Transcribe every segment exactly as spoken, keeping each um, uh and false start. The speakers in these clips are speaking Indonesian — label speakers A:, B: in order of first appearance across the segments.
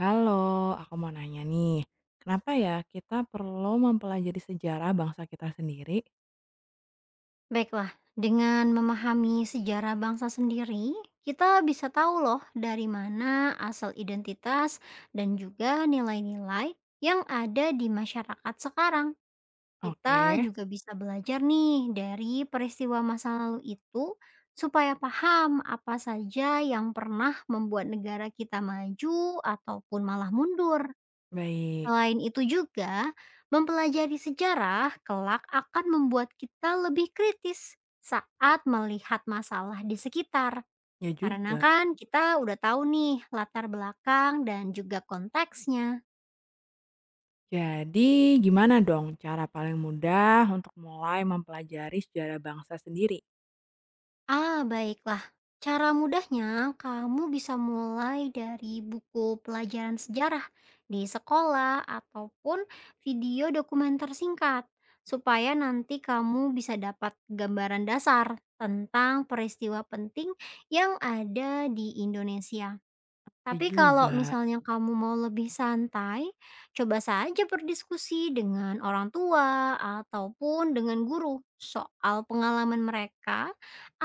A: Halo, aku mau nanya nih, kenapa ya kita perlu mempelajari sejarah bangsa kita sendiri?
B: Baiklah, dengan memahami sejarah bangsa sendiri, kita bisa tahu loh dari mana asal identitas dan juga nilai-nilai yang ada di masyarakat sekarang. Kita
A: Oke,
B: juga bisa belajar nih dari peristiwa masa lalu itu supaya paham apa saja yang pernah membuat negara kita maju ataupun malah mundur.
A: baik.
B: Selain itu juga, mempelajari sejarah kelak akan membuat kita lebih kritis saat melihat masalah di sekitar.
A: Ya
B: Karena
A: juga.
B: kan kita udah tahu nih latar belakang dan juga konteksnya.
A: Jadi, gimana dong cara paling mudah untuk mulai mempelajari sejarah bangsa sendiri?
B: Ah, baiklah. Cara mudahnya, kamu bisa mulai dari buku pelajaran sejarah di sekolah ataupun video dokumenter singkat, supaya nanti kamu bisa dapat gambaran dasar tentang peristiwa penting yang ada di Indonesia.
A: Ya
B: Tapi kalau
A: juga,
B: misalnya kamu mau lebih santai, coba saja berdiskusi dengan orang tua ataupun dengan guru soal pengalaman mereka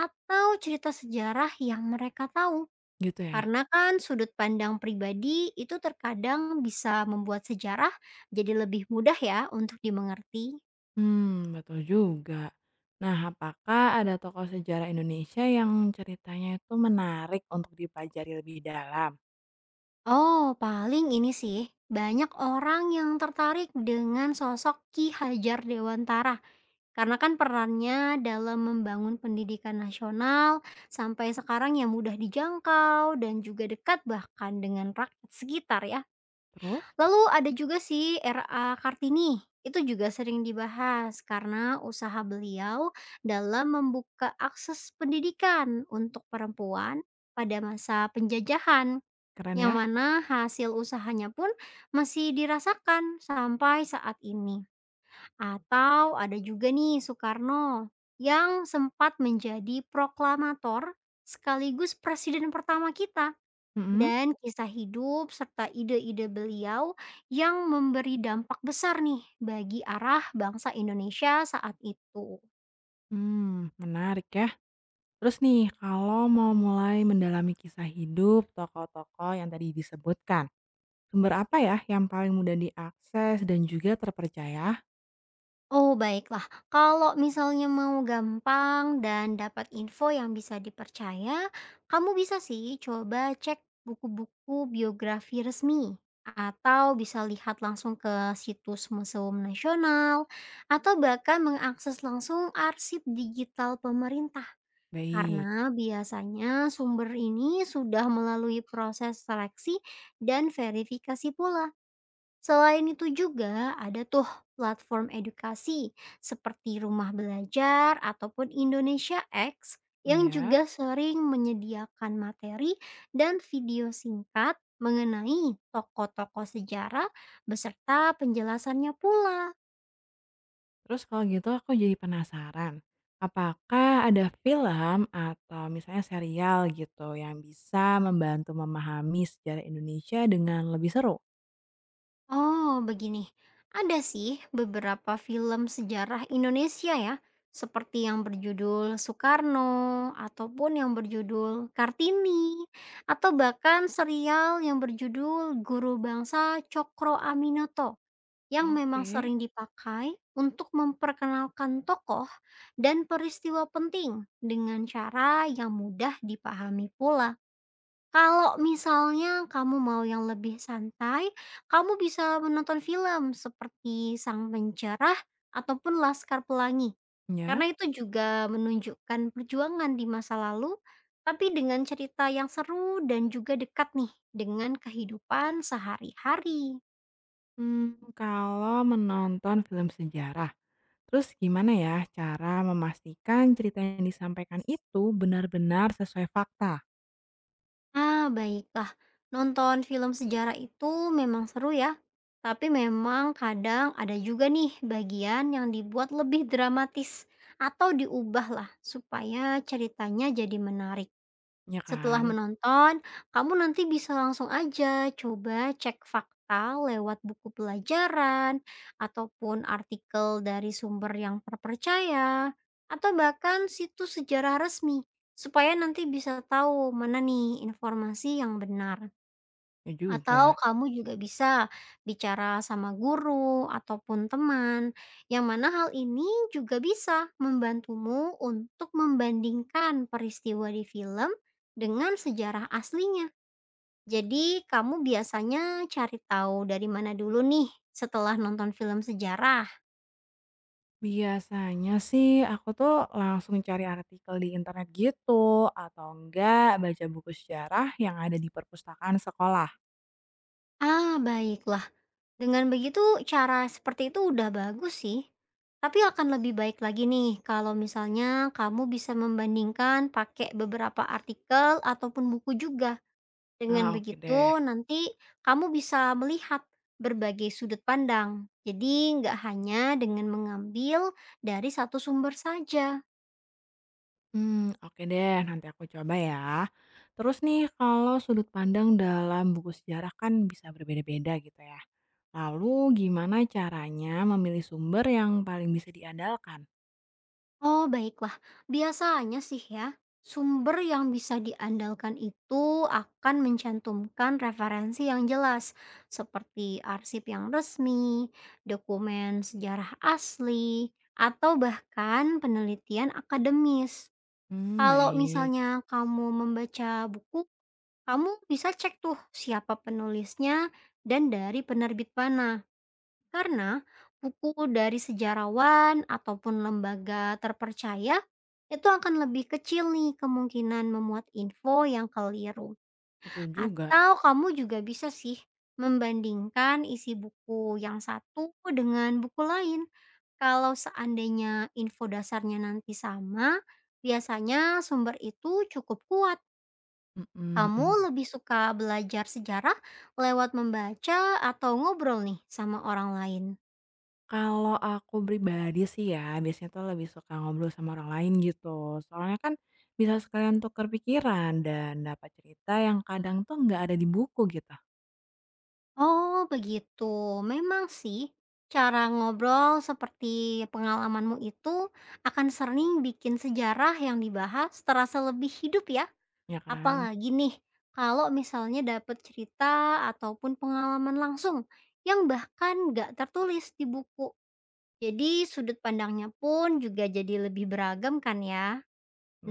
B: atau cerita sejarah yang mereka tahu.
A: gitu ya.
B: Karena kan sudut pandang pribadi itu terkadang bisa membuat sejarah jadi lebih mudah ya untuk dimengerti.
A: Hmm, betul juga. Nah, apakah ada tokoh sejarah Indonesia yang ceritanya itu menarik untuk dipelajari lebih dalam?
B: Oh, paling ini sih. Banyak orang yang tertarik dengan sosok Ki Hajar Dewantara. Karena kan perannya dalam membangun pendidikan nasional sampai sekarang yang mudah dijangkau dan juga dekat bahkan dengan rakyat sekitar ya.
A: Terus,
B: Lalu ada juga sih R A. Kartini, itu juga sering dibahas karena usaha beliau dalam membuka akses pendidikan untuk perempuan pada masa penjajahan,
A: keren
B: yang
A: ya?
B: mana hasil usahanya pun masih dirasakan sampai saat ini. Atau ada juga nih Soekarno yang sempat menjadi proklamator sekaligus presiden pertama kita,
A: Mm-mm.
B: dan kisah hidup serta ide-ide beliau yang memberi dampak besar nih bagi arah bangsa Indonesia saat itu.
A: Hmm, menarik ya. Terus nih, kalau mau mulai mendalami kisah hidup tokoh-tokoh yang tadi disebutkan, sumber apa ya yang paling mudah diakses dan juga terpercaya?
B: Oh, baiklah. Kalau misalnya mau gampang dan dapat info yang bisa dipercaya, kamu bisa sih coba cek buku-buku biografi resmi atau bisa lihat langsung ke situs Museum Nasional atau bahkan mengakses langsung arsip digital pemerintah,
A: Baik,
B: karena biasanya sumber ini sudah melalui proses seleksi dan verifikasi pula. Selain itu juga ada tuh platform edukasi seperti Rumah Belajar ataupun Indonesia X yang
A: ya.
B: juga sering menyediakan materi dan video singkat mengenai tokoh-tokoh sejarah beserta penjelasannya pula.
A: Terus kalau gitu aku jadi penasaran, apakah ada film atau misalnya serial gitu yang bisa membantu memahami sejarah Indonesia dengan lebih seru?
B: Oh, begini. Ada sih beberapa film sejarah Indonesia ya, seperti yang berjudul Soekarno ataupun yang berjudul Kartini atau bahkan serial yang berjudul Guru Bangsa Cokro Aminoto yang memang
A: Oke,
B: sering dipakai untuk memperkenalkan tokoh dan peristiwa penting dengan cara yang mudah dipahami pula. Kalau misalnya kamu mau yang lebih santai, kamu bisa menonton film seperti Sang Pencerah ataupun Laskar Pelangi.
A: ya.
B: Karena itu juga menunjukkan perjuangan di masa lalu, tapi dengan cerita yang seru dan juga dekat nih dengan kehidupan sehari-hari.
A: Hmm, kalau menonton film sejarah, terus gimana ya cara memastikan cerita yang disampaikan itu benar-benar sesuai fakta?
B: Ah, baiklah. Nonton film sejarah itu memang seru ya. Tapi memang kadang ada juga nih bagian yang dibuat lebih dramatis atau diubahlah supaya ceritanya jadi menarik.
A: Ya
B: Setelah
A: kan?
B: menonton, kamu nanti bisa langsung aja coba cek fakta lewat buku pelajaran ataupun artikel dari sumber yang terpercaya atau bahkan situs sejarah resmi, supaya nanti bisa tahu mana nih informasi yang benar.
A: Ya juga.
B: Atau kamu juga bisa bicara sama guru ataupun teman, yang mana hal ini juga bisa membantumu untuk membandingkan peristiwa di film dengan sejarah aslinya. Jadi, kamu biasanya cari tahu dari mana dulu nih setelah nonton film sejarah?
A: Biasanya sih aku tuh langsung cari artikel di internet gitu, atau enggak baca buku sejarah yang ada di perpustakaan sekolah.
B: Ah, baiklah. Dengan begitu cara seperti itu udah bagus sih. Tapi akan lebih baik lagi nih kalau misalnya kamu bisa membandingkan pakai beberapa artikel ataupun buku juga. Dengan
A: Ah, oke deh.
B: begitu nanti kamu bisa melihat berbagai sudut pandang. Jadi nggak hanya dengan mengambil dari satu sumber saja.
A: Hmm, oke deh, nanti aku coba ya. Terus nih, kalau sudut pandang dalam buku sejarah kan bisa berbeda-beda gitu ya. Lalu gimana caranya memilih sumber yang paling bisa diandalkan?
B: Oh, baiklah. Biasanya sih ya, sumber yang bisa diandalkan itu akan mencantumkan referensi yang jelas, seperti arsip yang resmi, dokumen sejarah asli, atau bahkan penelitian akademis.
A: Hmm,
B: Kalau
A: baik.
B: misalnya kamu membaca buku, kamu bisa cek tuh siapa penulisnya dan dari penerbit mana. Karena buku dari sejarawan ataupun lembaga terpercaya itu akan lebih kecil nih kemungkinan memuat info yang keliru.
A: Betul juga.
B: Atau kamu juga bisa sih membandingkan isi buku yang satu dengan buku lain. Kalau seandainya info dasarnya nanti sama, biasanya sumber itu cukup kuat.
A: Mhm,
B: Kamu
A: mhm.
B: lebih suka belajar sejarah lewat membaca atau ngobrol nih sama orang lain?
A: Kalau aku pribadi sih ya, biasanya tuh lebih suka ngobrol sama orang lain gitu. Soalnya kan bisa sekalian tukar pikiran dan dapat cerita yang kadang tuh nggak ada di buku gitu,
B: Oh, begitu. Memang sih, cara ngobrol seperti pengalamanmu itu akan sering bikin sejarah yang dibahas terasa lebih hidup ya.
A: ya kan?
B: Apalagi nih, kalau misalnya dapat cerita ataupun pengalaman langsung yang bahkan nggak tertulis di buku. Jadi sudut pandangnya pun juga jadi lebih beragam kan ya.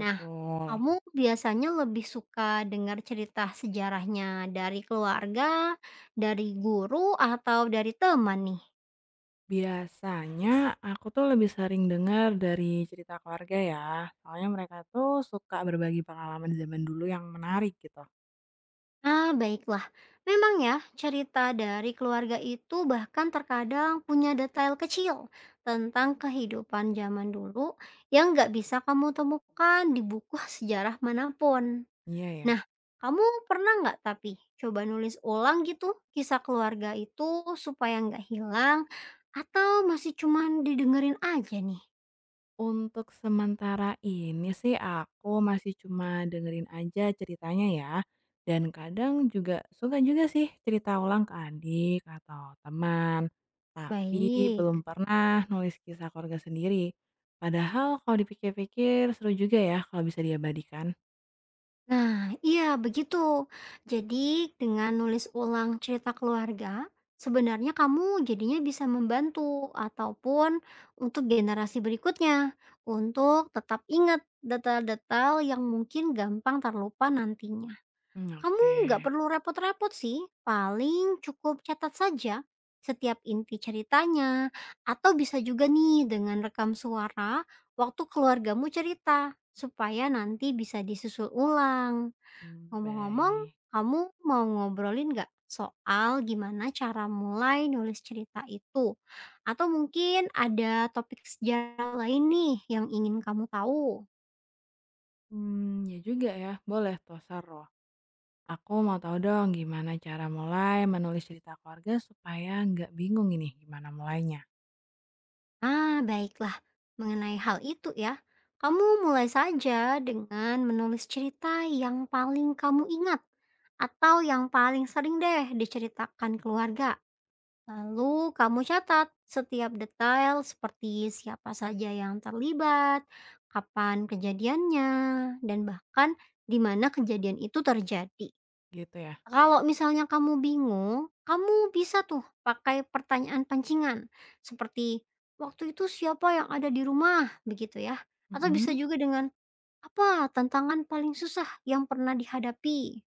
B: Nah, kamu biasanya lebih suka dengar cerita sejarahnya dari keluarga, dari guru, atau dari teman nih?
A: Biasanya aku tuh lebih sering dengar dari cerita keluarga ya, soalnya mereka tuh suka berbagi pengalaman zaman dulu yang menarik gitu.
B: Ah, baiklah. Memang ya, cerita dari keluarga itu bahkan terkadang punya detail kecil tentang kehidupan zaman dulu yang nggak bisa kamu temukan di buku sejarah manapun.
A: Iya ya.
B: Nah, kamu pernah nggak tapi coba nulis ulang gitu kisah keluarga itu supaya nggak hilang atau masih cuman didengerin aja nih?
A: Untuk sementara ini sih aku masih cuma dengerin aja ceritanya ya. Dan kadang juga suka juga sih cerita ulang ke adik atau teman. Tapi
B: Baik.
A: belum pernah nulis kisah keluarga sendiri. Padahal kalau dipikir-pikir seru juga ya kalau bisa diabadikan.
B: Nah, iya begitu. Jadi dengan nulis ulang cerita keluarga, sebenarnya kamu jadinya bisa membantu ataupun untuk generasi berikutnya untuk tetap ingat detail-detail yang mungkin gampang terlupa nantinya.
A: Hmm,
B: Kamu nggak
A: oke.
B: perlu repot-repot sih, paling cukup catat saja setiap inti ceritanya, atau bisa juga nih dengan rekam suara waktu keluargamu cerita, supaya nanti bisa disusul ulang.
A: Mmm,
B: Ngomong-ngomong,
A: baik.
B: kamu mau ngobrolin nggak soal gimana cara mulai nulis cerita itu? Atau mungkin ada topik sejarah lain nih yang ingin kamu tahu?
A: Mmm, iya juga ya, boleh tuh, seru. Aku mau tahu dong gimana cara mulai menulis cerita keluarga supaya nggak bingung ini gimana mulainya,
B: Ah, baiklah. Mengenai hal itu ya, kamu mulai saja dengan menulis cerita yang paling kamu ingat atau yang paling sering deh diceritakan keluarga. Lalu kamu catat setiap detail seperti siapa saja yang terlibat, kapan kejadiannya, dan bahkan di mana kejadian itu terjadi.
A: gitu ya?
B: Kalau misalnya kamu bingung, kamu bisa tuh pakai pertanyaan pancingan, seperti, "Waktu itu siapa yang ada di rumah?" Begitu ya. Atau bisa
A: Mhm,
B: juga dengan, "Apa tantangan paling susah yang pernah dihadapi?"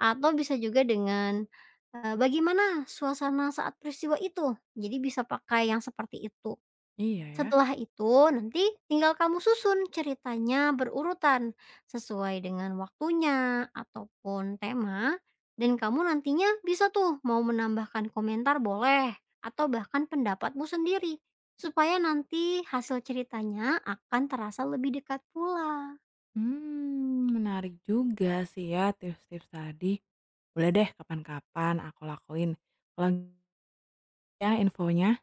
B: Atau bisa juga dengan, eee, "Bagaimana suasana saat peristiwa itu?" Jadi bisa pakai yang seperti itu.
A: iya ya.
B: Setelah itu, nanti tinggal kamu susun ceritanya berurutan sesuai dengan waktunya ataupun tema, dan kamu nantinya bisa tuh mau menambahkan komentar boleh atau bahkan pendapatmu sendiri supaya nanti hasil ceritanya akan terasa lebih dekat pula.
A: Mmm, menarik juga sih ya tips-tips tadi. Boleh deh kapan-kapan aku lakuin. Makasih ya infonya.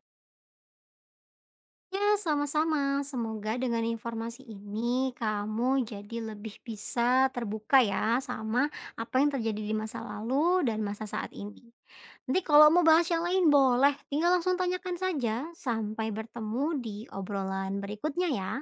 B: Ya, sama-sama. Semoga dengan informasi ini kamu jadi lebih bisa terbuka ya sama apa yang terjadi di masa lalu dan masa saat ini. Nanti kalau mau bahas yang lain boleh, tinggal langsung tanyakan saja. Sampai bertemu di obrolan berikutnya ya.